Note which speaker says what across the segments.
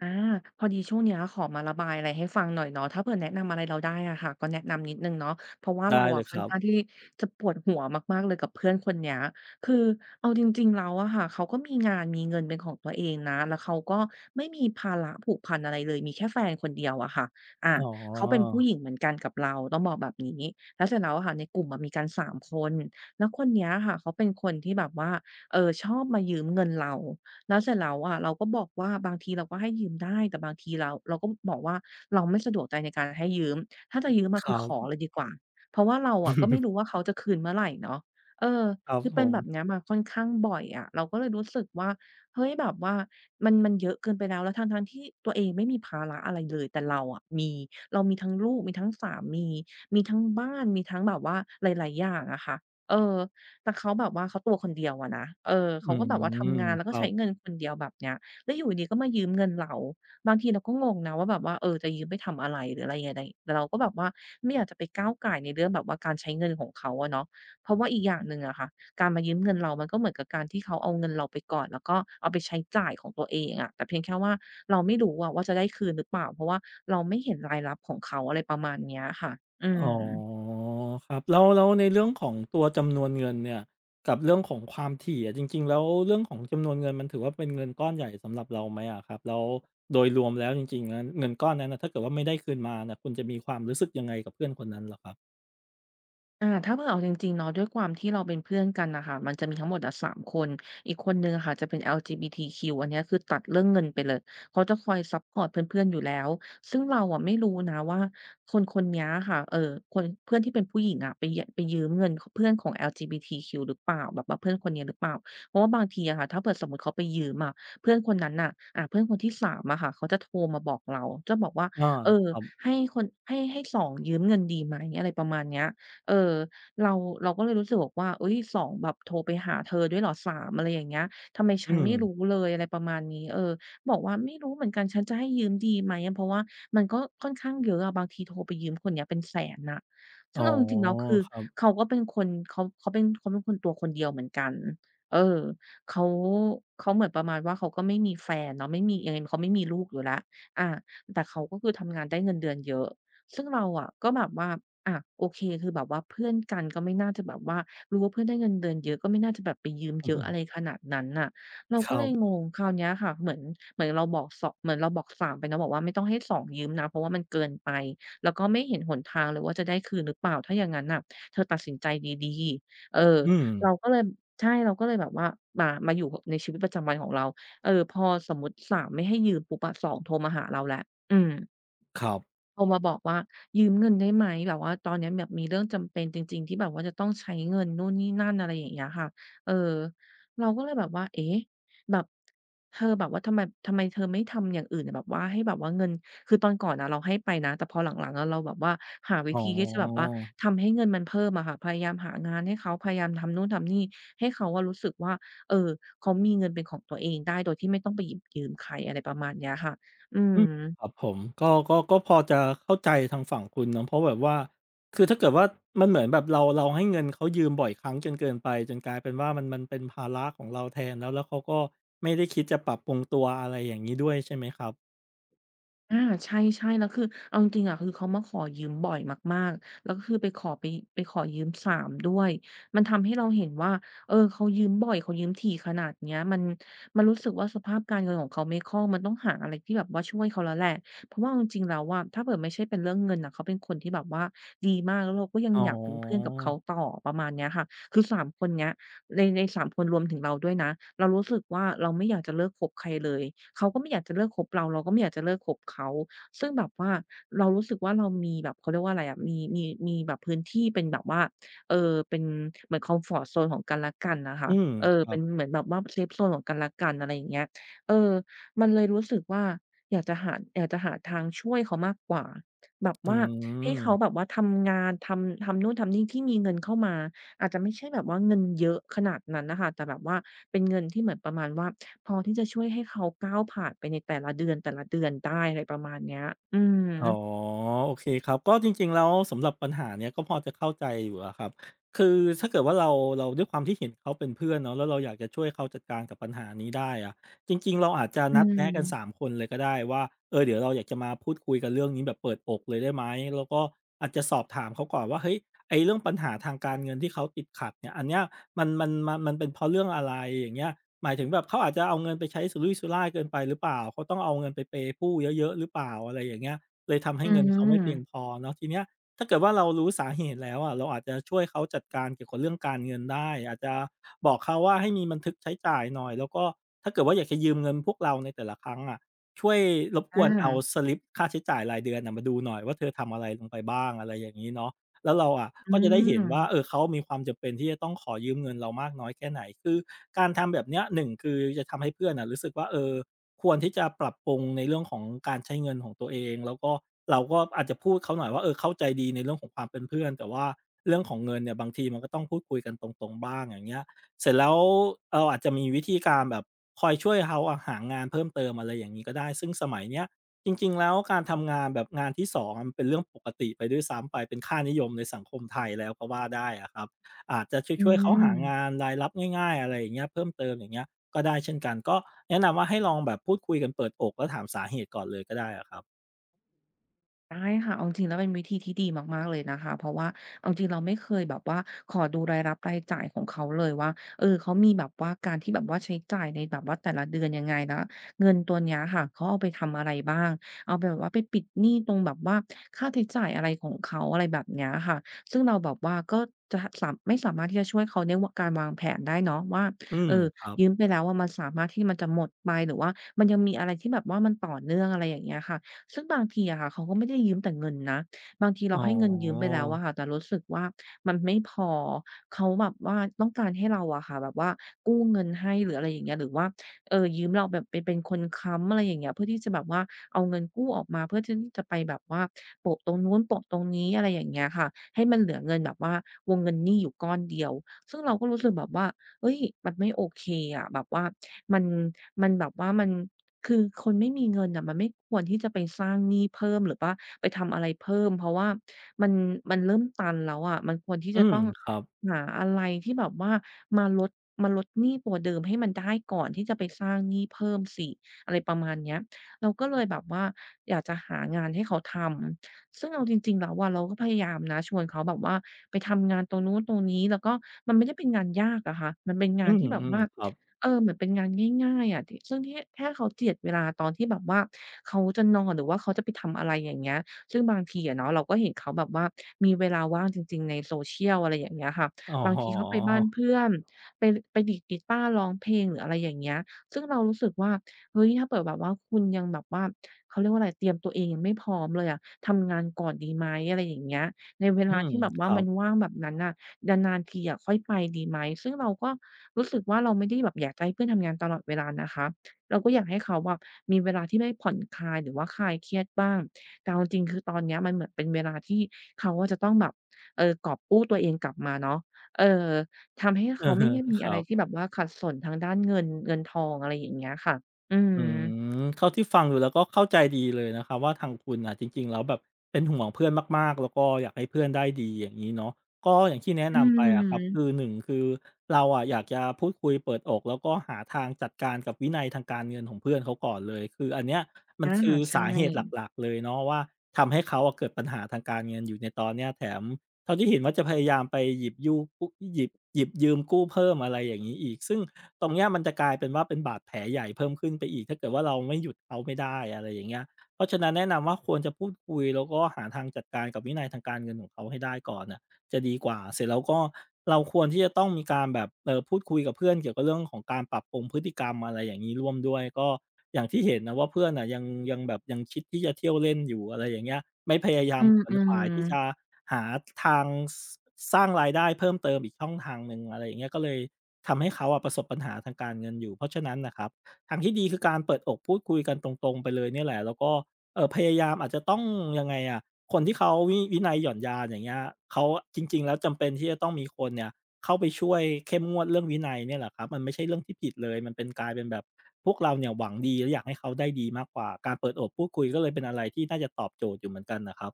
Speaker 1: อาพอดีช่วงเนี้ยขอมาระบายอะไรให้ฟังหน่อยเนาะถ้าเผื่อแนะนำอะไรเราได้อะค่ะก็แนะนำนิดหนึ่งเนาะเพราะว่าเรา
Speaker 2: ได้เล
Speaker 1: อะ
Speaker 2: ย
Speaker 1: ค่
Speaker 2: ค
Speaker 1: อน
Speaker 2: รับ
Speaker 1: ข้างที่จะปวดหัวมากๆเลยกับเพื่อนคนเนี้ยคือเอาจริงๆแล้วอะค่ะเขาก็มีงานมีเงินเป็นของตัวเองนะแล้วเขาก็ไม่มีภาระผูกพันอะไรเลยมีแค่แฟนคนเดียวอะค่ะอา
Speaker 2: อ๋อ
Speaker 1: เขาเป็นผู้หญิงเหมือนกันกับเราต้องบอกแบบนี้แล้วเสร็จแล้วอะค่ะในกลุ่มอะมีกันสามคนแล้วคนเนี้ยค่ะเขาเป็นคนที่แบบว่าชอบมายืมเงินเรา แล้วเสร็จแล้วอะเราก็บอกว่าบางทีเราก็ให้ยืมได้แต่บางทีเราก็บอกว่าเราไม่สะดวกใจในการให้ยืมถ้าจะยืม
Speaker 2: ค
Speaker 1: อะคื
Speaker 2: รั
Speaker 1: อข
Speaker 2: บ
Speaker 1: อเลยดีกว่าเพราะว่าเราอะก็ไม่รู้ ว่าเขาจะคืนเมื่อไหร่เนาะเออ
Speaker 2: ครับ
Speaker 1: คือ
Speaker 2: ผ
Speaker 1: เป็น
Speaker 2: ม
Speaker 1: แบบเนี้ยมาค่อนข้างบ่อยอะเราก็เลยรู้สึกว่าเฮ้ยแบบว่ามันเยอะเกินไปแล้วแล้วทั้งๆที่ตัวเองไม่มีภาระอะไรเลยแต่เราอะมีเรามีทั้งลูกมีทั้งสามีมีทั้งบ้านมีทั้งแบบว่าหลายๆอย่างอะค่ะเออ แต่เขาแบบว่าเขาตัวคนเดียวอะนะเออ
Speaker 2: อื
Speaker 1: เขาก็แบ
Speaker 2: ม
Speaker 1: บว่าทำงานแล้ว
Speaker 2: ค
Speaker 1: ก็
Speaker 2: รั
Speaker 1: ใช้เงิ
Speaker 2: บ
Speaker 1: นคนเดียวแบบเนี้ยแล้วอยู่ดีๆก็มายืมเงินเราบางทีเราก็งงนะว่าแบบว่าเออจะยืมไปทำอะไรหรืออะไรยังไงแต่เราก็แบบว่าไม่อยากจะไปก้าวก่ายในเรื่องแบบว่าการใช้เงินของเขาอะเนาะเพราะว่าอีกอย่างหนึ่งอะค่ะการมายืมเงินเรามันก็เหมือนกับการที่เขาเอาเงินเราไปก่อนแล้วก็เอาไปใช้จ่ายของตัวเองอะแต่เพียงแค่ว่าเราไม่รู้อะว่าจะได้คืนหรือเปล่าเพราะว่าเราไม่เห็นรายรับของเขาอะไรประมาณเนี้ยค่ะอื
Speaker 2: อ๋
Speaker 1: ม
Speaker 2: อครับแล้วในเรื่องของตัวจำนวนเงินเนี่ยกับเรื่องของความถี่อะจริงๆแล้วเรื่องของจำนวนเงินมันถือว่าเป็นเงินก้อนใหญ่สำหรับเราไหมอะครับแล้วโดยรวมแล้วจริงๆแล้วเงินก้อนนั้นนะถ้าเกิดว่าไม่ได้คืนมาน่ะคุณจะมีความรู้สึกยังไงกับเพื่อนคนนั้นเหรอครับ
Speaker 1: ถ้าเผื่อเอาจริงๆเนาะด้วยความที่เราเป็นเพื่อนกันน่ะค่ะมันจะมีทั้งหมดอะ3คนอีกคนหนึ่งอะค่ะจะเป็น LGBTQ อันเนี้ยคือตัดเรื่องเงินไปเลยเขาจะคอยซัปพอร์ตเพื่อนๆอยู่แล้วซึ่งเราอะไม่รู้นะว่าคนคนเนี้ยค่ะคนเพื่อนที่เป็นผู้หญิงอะไปยไปยืมเงินขเพื่อนของ LGBTQ หรือเปล่าแบบว่าเพื่อนคนนี้หรือเปล่าเพราะว่าบางทีอะค่ะถ้าเผื่อสมมุติเขาไปยืมอะเพื่อนคนนั้นน่ะเพื่อนคนที่3อะค่ะเขาจะโทรมาบอกเราจะบอกว่า
Speaker 2: อา
Speaker 1: เออ
Speaker 2: ครับ
Speaker 1: ให้คนให้ให้สองยืมเงินดีไหมอะไรประมาณเนี้ย เออเราเราก็เลยรู้สึกบอกว่าเฮ้ยสองแบบโทรไปหาเธอด้วยเหรอ 3?" อะไรอย่างเงี้ยทำไม
Speaker 2: อื
Speaker 1: ฉันไม่รู้
Speaker 2: ม
Speaker 1: เลยอะไรประมาณนี้บอกว่าไม่รู้เหมือนกันฉันจะให้ยืมดีไหมอะเพราะว่ามันก็ค่อนข้างเยอะอะบางทีโทรไปยืมคนเนี้ยเป็นแสนน่ะซึ่
Speaker 2: อ๋อ
Speaker 1: งเอาจริงๆแล้วคือ
Speaker 2: ครับ
Speaker 1: เขาก็เป็นคนเขาเป็นคนตัวคนเดียวเหมือนกันเออเขาเขาเหมือนประมาณว่าเขาก็ไม่มีแฟนเนาะไม่มียังไงเขาไม่มีลูกอยู่แล้วอาแต่เขาก็คือทำงานได้เงินเดือนเยอะ ซึ่งเราอะก็แบบว่าอะโอเคคือแบบว่าเพื่อนกันก็ไม่น่าจะแบบว่ารู้ว่าเพื่อนได้เงินเดือนเยอะก็ไม่น่าจะแบบไปยืมเยอะอะไรขนาดนั้นน่ะเรา
Speaker 2: ค
Speaker 1: ก็
Speaker 2: รั
Speaker 1: เลย
Speaker 2: บ
Speaker 1: งงคราวเนี้ยค่ะเหมือนเหมือนเราบอกสอเหมือนเราบอก3ไปเนาะบอกว่าไม่ต้องให้2ยืมนะเพราะว่ามันเกินไปแล้วก็ไม่เห็นหนทางเลยว่าจะได้คืนหรือเปล่าถ้าอย่างงั้นน่ะเธอตัดสินใจดีๆ
Speaker 2: อืม
Speaker 1: เราก็เลยใช่เราก็เลยแบบว่ามาอยู่ในชีวิตประจำวันของเราเออพอสมมุติ3ไม่ให้ยืมปุ๊บอะสองโทรมาหาเราแล้วอืม
Speaker 2: ครับ
Speaker 1: โทรมาบอกว่ายืมเงินได้ไหมแบบว่าตอนเนี้ยแบบมีเรื่องจำเป็นจริงๆที่แบบว่าจะต้องใช้เงินนู่นนี่นั่นอะไรอย่างเงี้ยค่ะเออเราก็เลยแบบว่าเอ๊ะแบบเธอแบบว่าทำไมเธอไม่ทำอย่างอื่นอะแบบว่าให้แบบว่าเงินคือตอนก่อนอะเราให้ไปนะแต่พอหลังๆอะเราแบบว่าหาวิ
Speaker 2: อ๋อ
Speaker 1: ธีที่จะแบบว่าทำให้เงินมันเพิ่มอะค่ะพยายามหางานให้เขาพยายามทำนู่นทำนี่ให้เขาอะรู้สึกว่าเออเขามีเงินเป็นของตัวเองได้โดยที่ไม่ต้องไปหยิบยืมใครอะไรประมาณเนี้ยค่ะอื
Speaker 2: อืมค
Speaker 1: ม
Speaker 2: รับผมก็พอจะเข้าใจทางฝั่งคุณเนาะเพราะแบบว่าคือถ้าเกิดว่ามันเหมือนแบบเราให้เงินเขายืมบ่อยครั้งจนเกินไปจนกลายเป็นว่ามันเป็นภาระของเราแทนแล้วแล้วเขาก็ไม่ได้คิดจะปรับปรุงตัวอะไรอย่างงี้ด้วยใช่ไหมครับ
Speaker 1: อาใช่ๆแล้วคือเอาจริงๆอะคือเขามาขอยืมบ่อยมากๆแล้วก็คือไปขอยืมสามด้วยมันทำให้เราเห็นว่าเออเขายืมบ่อยเขายืมถี่ขนาดเนี้ยมันรู้สึกว่าสภาพการเงินของเขาไม่คล่องมันต้องหาอะไรที่แบบว่าช่วยเขาแล้วแหละเพราะว่าเอาจริงๆแล้วอะถ้าเผื่อไม่ใช่เป็นเรื่องเงินน่ะเขาเป็นคนที่แบบว่าดีมากแล้วเราก็ยัง
Speaker 2: อ๋อ
Speaker 1: อยากเป็นเพื่อนกับเขาต่อประมาณเนี้ยค่ะคือสามคนเนี้ย ใน3คนรวมถึงเราด้วยนะเรารู้สึกว่าเราไม่อยากจะเลิกคบใครเลยเขาก็ไม่อยากจะเลิกคบเราเราก็ไม่อยากจะเลิกคบเขาซึ่งแบบว่าเรารู้สึกว่าเรามีแบบเขาเรียกว่าอะไรอะมีแบบพื้นที่เป็นแบบว่าเอ่อเป็นเหมือนคอมฟอร์ตโซนของกันและกันน่ะค่ะ
Speaker 2: อืม
Speaker 1: เออ
Speaker 2: ครั
Speaker 1: เป็
Speaker 2: บ
Speaker 1: นเหมือนแบบว่าเซฟโซนของกันและกันอะไรอย่างเงี้ยเออมันเลยรู้สึกว่าอยากจะหาทางช่วยเขามากกว่าแบบ
Speaker 2: อื
Speaker 1: ว่าให้
Speaker 2: ม
Speaker 1: เขาแบบว่าทำนู่นทำนี่ที่มีเงินเข้ามา อาจจะไม่ใช่แบบว่าเงินเยอะขนาดนั้นน่ะค่ะแต่แบบว่าเป็นเงินที่เหมือนประมาณว่าพอที่จะช่วยให้เขาก้าวผ่านไปในแต่ละเดือนแต่ละเดือนได้อะไรประมาณเนี้ย อืม
Speaker 2: อ๋อโอเคครับก็จริงๆแล้วสำหรับปัญหาเนี้ยก็พอจะเข้าใจอยู่อะครับคือถ้าเกิดว่าเราด้วยความที่เห็นเขาเป็นเพื่อนเนาะแล้วเราอยากจะช่วยเขาจัดการกับปัญหานี้ได้อะจริงๆเราอาจจะ
Speaker 1: อื
Speaker 2: นัดแนะกันสาม
Speaker 1: ม
Speaker 2: คนเลยก็ได้ว่าเออเดี๋ยวเราอยากจะมาพูดคุยกันเรื่องนี้แบบเปิดอกเลยได้ไหมแล้วก็อาจจะสอบถามเขาก่อนว่าเฮ้ยไอ้เรื่องปัญหาทางการเงินที่เขาติดขัดเนี่ยอันเนี้ยมันเป็นเพราะเรื่องอะไรอย่างเงี้ยหมายถึงแบบเขาอาจจะเอาเงินไปใช้สุรุ่ยสุร่ายเกินไปหรือเปล่าเขาต้องเอาเงินไปเพย์ผู้เยอะๆหรือเปล่าอะไรอย่างเงี้ย เลยทำให้
Speaker 1: อื
Speaker 2: เงินเขาไม่เพียงพ
Speaker 1: ม
Speaker 2: อเนาะทีเนี้ยถ้าเกิดว่าเรารู้สาเหตุแล้วอะเราอาจจะช่วยเขาจัดการเกี่ยวกับเรื่องการเงินได้อาจจะบอกเขาว่าให้มีบันทึกใช้จ่ายหน่อยแล้วก็ถ้าเกิดว่าอยากจะยืมเงินพวกเราในแต่ละครั้งอะช่วยรบก
Speaker 1: อ
Speaker 2: วนเอา
Speaker 1: า
Speaker 2: สลิปค่าใช้จ่ายรายเดือนน่ะมาดูหน่อยว่าเธอทำอะไรลงไปบ้างอะไรอย่างงี้เนาะแล้วเราอะ
Speaker 1: อื
Speaker 2: ก็จะได้เห็
Speaker 1: ม
Speaker 2: นว่าเออเขามีความจำเป็นที่จะต้องขอยืมเงินเรามากน้อยแค่ไหนคือการทำแบบเนี้ยหนึ่งคือจะทำให้เพื่อนน่ะรู้สึกว่าเออ ควรที่จะปรับปรุงในเรื่องของการใช้เงินของตัวเองแล้วก็เราก็อาจจะพูดเขาหน่อยว่าเออเข้าใจดีในเรื่องของความเป็นเพื่อนแต่ว่าเรื่องของเงินเนี่ยบางทีมันก็ต้องพูดคุยกันตรงๆบ้างอย่างเงี้ยเสร็จแล้วเราอาจจะมีวิธีการแบบคอยช่วยเขาอะหางานเพิ่มเติมอะไรอย่างงี้ก็ได้ซึ่งสมัยเนี้ยจริงๆแล้วการทำงานแบบงานที่สองอะมันเป็นเรื่องปกติไปด้วยซ้ำไปเป็นค่านิยมในสังคมไทยแล้วก็ว่าได้อะครับอาจจะ
Speaker 1: อื
Speaker 2: ช่วยๆเขาหางา
Speaker 1: ม
Speaker 2: นรายรับง่ายๆอะไรอย่างเงี้ยเพิ่มเติมอย่างเงี้ย ก็ได้เช่นกันก็แนะนำว่าให้ลองแบบพูดคุยกันเปิดอกแล้วถามสาเหตุก่อนเลยก็ได้อะครับ
Speaker 1: ได้ค่ะเอาจริงๆแล้วเป็นวิธีที่ดีมากๆเลยนะคะเพราะว่าเอาจริงๆเราไม่เคยแบบว่าขอดูรายรับรายจ่ายของเขาเลยว่าเออเขามีแบบว่าการที่แบบว่าใช้จ่ายในแบบว่าแต่ละเดือนยังไงแล้วเงินตัวเนี้ยค่ะเขาเอาไปทำอะไรบ้างเอาไปแบบว่าไปปิดหนี้ตรงแบบว่าค่าใช้จ่ายอะไรของเขาอะไรแบบเนี้ยค่ะซึ่งเราแบบว่าก็จะสามไม่สามารถที่จะช่วยเขาในการวางแผนได้เนาะว่า
Speaker 2: อื
Speaker 1: เอ
Speaker 2: ม
Speaker 1: อ
Speaker 2: ครับ
Speaker 1: ยืมไปแล้วว่ามันสามารถที่มันจะหมดไปหรือว่ามันยังมีอะไรที่แบบว่ามันต่อเนื่องอะไรอย่างเงี้ยค่ะ ซึ่งบางทีอะค่ะเขาก็ไม่ได้ยืมแต่เงินนะบางที
Speaker 2: อ๋
Speaker 1: เราให้เงินยืมไป
Speaker 2: อ
Speaker 1: แล้วอะค่ะแต่รู้สึกว่ามันไม่พอเขาแบบว่าต้องการให้เราอะค่ะแบบว่ากู้เงินให้หรืออะไรอย่างเงี้ยหรือว่ายืมเราแบบไปเป็นคนค้ำอะไรอย่างเงี้ยเพื่อที่จะแบบว่าเอาเงินกู้ออกมาเพื่อที่จะไปแบบว่าโปะตรงนู้นโปะตรงนี้อะไรอย่างเงี้ยค่ะให้มันเหลือเงินแบบว่าวงเงินหนี้อยู่ก้อนเดียวซึ่งเราก็รู้สึกแบบว่าเฮ้ยมันไม่โอเคอะแบบว่ามันมัน คือคนไม่มีเงินน่ะมันไม่ควรที่จะไปสร้างหนี้เพิ่มหรือว่าไปทำอะไรเพิ่มเพราะว่ามันมันเริ่มตันแล้วอะมันควรที่จะ
Speaker 2: อืม
Speaker 1: ต้อง
Speaker 2: ครับ
Speaker 1: หาอะไรที่แบบว่ามาลดมาลดหนี้ตัวเดิมให้มันได้ก่อนที่จะไปสร้างหนี้เพิ่มสิอะไรประมาณเนี้ยเราก็เลยแบบว่าอยากจะหางานให้เขาทำซึ่งเอาจริงๆแล้วอะเราก็พยายามนะชวนเขาแบบว่าไปทำงานตรงนู้นตรงนี้แล้วก็มันไม่ได้เป็นงานยากอะค่ะมันเป็น
Speaker 2: อื
Speaker 1: งานที่แบบ
Speaker 2: ม
Speaker 1: ว่า
Speaker 2: ๆครับ
Speaker 1: เออเหมือนเป็นงานง่ายๆอะที่ซึ่งที่แค่เขาเจียดเวลาตอนที่แบบว่าเขาจะนอนหรือว่าเขาจะไปทำอะไรอย่างเงี้ยซึ่งบางทีอะเนาะเราก็เห็นเขาแบบว่ามีเวลาว่างจริงๆใน social อะไรอย่างเงี้ยค่ะ
Speaker 2: อ๋อ
Speaker 1: บางทีเขาไปบ้านเพื่อนไปไปดีดกีตาร์ร้องเพลงหรืออะไรอย่างเงี้ยซึ่งเรารู้สึกว่าเฮ้ยถ้าเปิดแบบว่าคุณยังแบบว่าเขาเรียกว่าอะไรเตรียมตัวเองยังไม่พร้อมเลยอะทำงานก่อนดีไหมอะไรอย่างเงี้ยในเว
Speaker 2: อื
Speaker 1: ลา
Speaker 2: ม
Speaker 1: ที่แบบ
Speaker 2: ค
Speaker 1: ว่า
Speaker 2: รั
Speaker 1: มัน
Speaker 2: บ
Speaker 1: ว่างแบบนั้นน่ะ นานๆทีอะค่อยไปดีไหมซึ่งเราก็รู้สึกว่าเราไม่ได้แบบอยากจะให้เพื่อนทำงานตลอดเวลานะคะเราก็อยากให้เขาอะมีเวลาที่ได้ผ่อนคลายหรือว่าคลายเครียดบ้างแต่เอาจริงๆคือตอนเนี้ยมันเหมือนเป็นเวลาที่เขาอะจะต้องแบบกอบกู้ตัวเองกลับมาเนาะเอ่อทำให้เขา
Speaker 2: อะ
Speaker 1: ไม่
Speaker 2: ฮะ
Speaker 1: ได้มี
Speaker 2: ค
Speaker 1: อะ
Speaker 2: รั
Speaker 1: ไรที่แบ
Speaker 2: บ
Speaker 1: บว่าขัดสนทางด้านเงินทองอะไรอย่างเงี้ยค่ะอืม
Speaker 2: อืมเท่าที่ฟังดูแล้วก็เข้าใจดีเลยนะครับว่าทางคุณอ่ะจริงๆแล้วแบบเป็นห่วงเพื่อนมากๆแล้วก็อยากให้เพื่อนได้ดีอย่างนี้เนาะก็อย่างที่แนะ
Speaker 1: อื
Speaker 2: นำไปอะครับคือ
Speaker 1: ม
Speaker 2: หนึ่งคือเราอะอยากจะพูดคุยเปิดอกแล้วก็หาทางจัดการกับวินัยทางการเงินของเพื่อนเขาก่อนเลยคืออันเนี้ยมัน
Speaker 1: อา
Speaker 2: คือ
Speaker 1: ใช่
Speaker 2: สาเหตุหลักๆเลยเนาะว่าทำให้เขาอะเกิดปัญหาทางการเงินอยู่ในตอนเนี้ยแถม เท่าที่เห็นว่าจะพยายามไปหยิบยูกุหยิบหยิบยืมกู้เพิ่มอะไรอย่างงี้อีกซึ่งตรงเนี้ยมันจะกลายเป็นว่าเป็นบาดแผลใหญ่เพิ่มขึ้นไปอีกถ้าเกิดว่าเราไม่หยุดเขาไม่ได้อะไรอย่างเงี้ยเพราะฉะนั้นแนะนำว่าควรจะพูดคุยแล้วก็หาทางจัดการกับวินัยทางการเงินของเขาให้ได้ก่อนน่ะ จะดีกว่าเสร็จแล้วก็เราควรที่จะต้องมีการแบบพูดคุยกับเพื่อนเกี่ยวกับเรื่องของการปรับปรุงพฤติกรรมอะไรอย่างงี้ร่วมด้วยก็อย่างที่เห็นนะว่าเพื่อนน่ะยังแบบยังคิดที่จะเที่ยวเล่นอยู่อะไรอย่างเงี้ยไม่พยายา
Speaker 1: อื
Speaker 2: มขวนขวาย
Speaker 1: ม
Speaker 2: ที่จะ
Speaker 1: ๆ
Speaker 2: หาทางสสร้างรายได้เพิ่มเติมอีกช่องทางหนึ่งอะไรอย่างเงี้ยก็เลยทำให้เขาอะประสบปัญหาทางการเงินอยู่เพราะฉะนั้นน่ะครับทางที่ดีคือการเปิดอกพูดคุยกันตรงๆไปเลยเนี่ยแหละแล้วก็พยายามอาจจะต้องยังไงอะ คนที่เขาวินัยหย่อนยานอย่างเงี้ยเขาจริงๆแล้วจำเป็นที่จะต้องมีคนเนี่ยเข้าไปช่วยเข้มงวดเรื่องวินัยเนี่ยแหละครับมันไม่ใช่เรื่องที่ผิดเลยมันเป็นกลายเป็นแบบพวกเราเนี่ยหวังดีและอยากให้เขาได้ดีมากกว่าการเปิดอกพูดคุยก็เลยเป็นอะไรที่น่าจะตอบโจทย์อยู่เหมือนกันนะครับ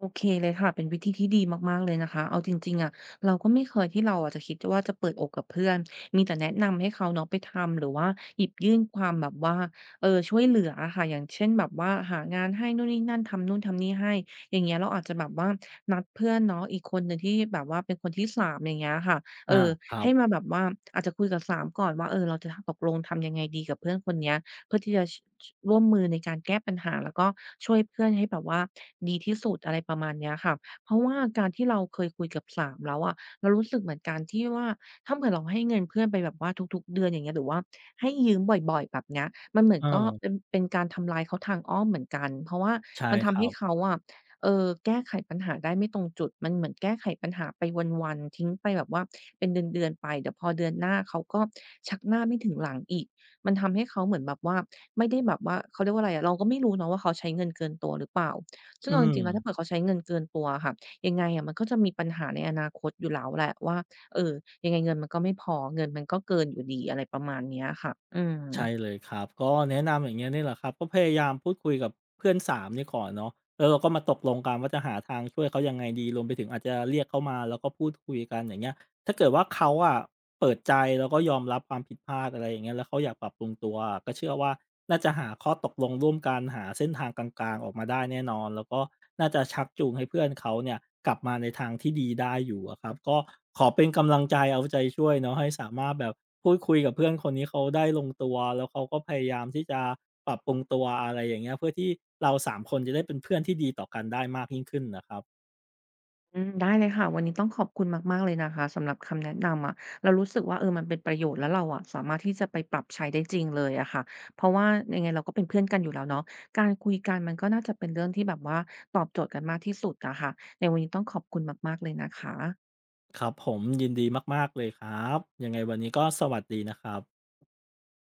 Speaker 1: โอเคเลยค่ะเป็นวิธีที่ดีมากๆเลยนะคะเอาจริงๆอะเราก็ไม่เคยที่เราอะจะคิดว่าจะเปิดอกกับเพื่อนมีแต่แนะนำให้เขาเนาะไปทำหรือว่าหยิบยื่นความแบบว่าเออช่วยเหลืออะค่ะอย่างเช่นแบบว่าหางานให้นู่นนี่นั่นทำนู่นทำนี่ให้อย่างเงี้ยเราอาจจะแบบว่านัดเพื่อนเนาะอีกคนหนึ่งที่แบบว่าเป็นคนที่สามอย่างเงี้ยค่ะเออ
Speaker 2: อาครั
Speaker 1: ให้มา
Speaker 2: บ
Speaker 1: แบบว่าอาจจะคุยกับสามก่อนว่าเออเราจะตกลงทำยังไงดีกับเพื่อนคนเนี้ย เพื่อที่จะร่วมมือในการแก้ปัญหาแล้วก็ช่วยเพื่อนให้แบบว่าดีที่สุดอะไรประมาณเนี้ยค่ะเพราะว่าการที่เราเคยคุยกับ3แล้วอะเรารู้สึกเหมือนกันที่ว่าถ้าเผื่อเราให้เงินเพื่อนไปแบบว่าทุกๆเดือนอย่างเงี้ยหรือว่าให้ยืมบ่อยๆแบบเนี้ยมันเหมือน
Speaker 2: เอ
Speaker 1: ก็
Speaker 2: อ
Speaker 1: เป็นการทำร้ายเขาทางอ้อมเหมือนกันเพราะว่า
Speaker 2: ใช่
Speaker 1: มัน
Speaker 2: ค
Speaker 1: ทำ
Speaker 2: รั
Speaker 1: ให้เขา
Speaker 2: บ
Speaker 1: อะแก้ไขปัญหาได้ไม่ตรงจุดมันเหมือนแก้ไขปัญหาไปวันๆทิ้งไปแบบว่าเป็นเดือนๆไปเดี๋ยวพอเดือนหน้าเขาก็ชักหน้าไม่ถึงหลังอีก มันทำให้เขาเหมือนแบบว่าไม่ได้แบบว่าเขาเรียกว่าอะไรอะเราก็ไม่รู้เนาะว่าเขาใช้เงินเกินตัวหรือเปล่าซึ่ง
Speaker 2: อื
Speaker 1: เอาจริงๆแล้วถ้า
Speaker 2: ม
Speaker 1: เผื่อเขาใช้เงินเกินตัวอะค่ะยังไงอะมันก็จะมีปัญหาในอนาคตอยู่แล้วแหละว่าเออยังไงเงินมันก็ไม่พอเงินมันก็เกินอยู่ดีอะไรประมาณเนี้ยค่ะอื
Speaker 2: ใช่
Speaker 1: ม
Speaker 2: เลยครับก็แนะนำอย่างเงี้ยนี่แหละครับก็พยายามพูดคุยกับเพื่อนสามนี่ก่อนเนาะแล้วเราก็มาตกลงกันว่าจะหาทางช่วยเขายังไงดีรวมไปถึงอาจจะเรียกเขามาแล้วก็พูดคุยกันอย่างเงี้ย ถ้าเกิดว่าเขาอะเปิดใจแล้วก็ยอมรับความผิดพลาดอะไรอย่างเงี้ยแล้วเขาอยากปรับปรุงตัวอะก็เชื่อว่าน่าจะหาข้อตกลงร่วมกันหาเส้นทางกลางๆออกมาได้แน่นอนแล้วก็น่าจะชักจูงให้เพื่อนเขาเนี่ยกลับมาในทางที่ดีได้อยู่อะครับก็ขอเป็นกำลังใจเอาใจช่วยเนาะให้สามารถแบบพูดคุยกับเพื่อนคนนี้เขาได้ลงตัวแล้วเขาก็พยายามที่จะปรับปรุงตัวอะไรอย่างเงี้ยเพื่อที่เราสามคนจะได้เป็นเพื่อนที่ดีต่อกันได้มากยิ่งขึ้นน่ะครับ
Speaker 1: อืมได้เลยค่ะวันนี้ต้องขอบคุณมากๆเลยนะคะสำหรับคำแนะนำอะเรารู้สึกว่าเออมันเป็นประโยชน์แล้วเราอะสามารถที่จะไปปรับใช้ได้จริงเลยอะค่ะเพราะว่ายังไงเราก็เป็นเพื่อนกันอยู่แล้วเนาะการคุยกันมันก็น่าจะเป็นเรื่องที่แบบว่าตอบโจทย์กันมากที่สุดอะค่ะในวันนี้ต้องขอบคุณมากๆเลยนะคะ
Speaker 2: ครับผมยินดีมากๆเลยครับยังไงวันนี้ก็สวัสดีนะครับ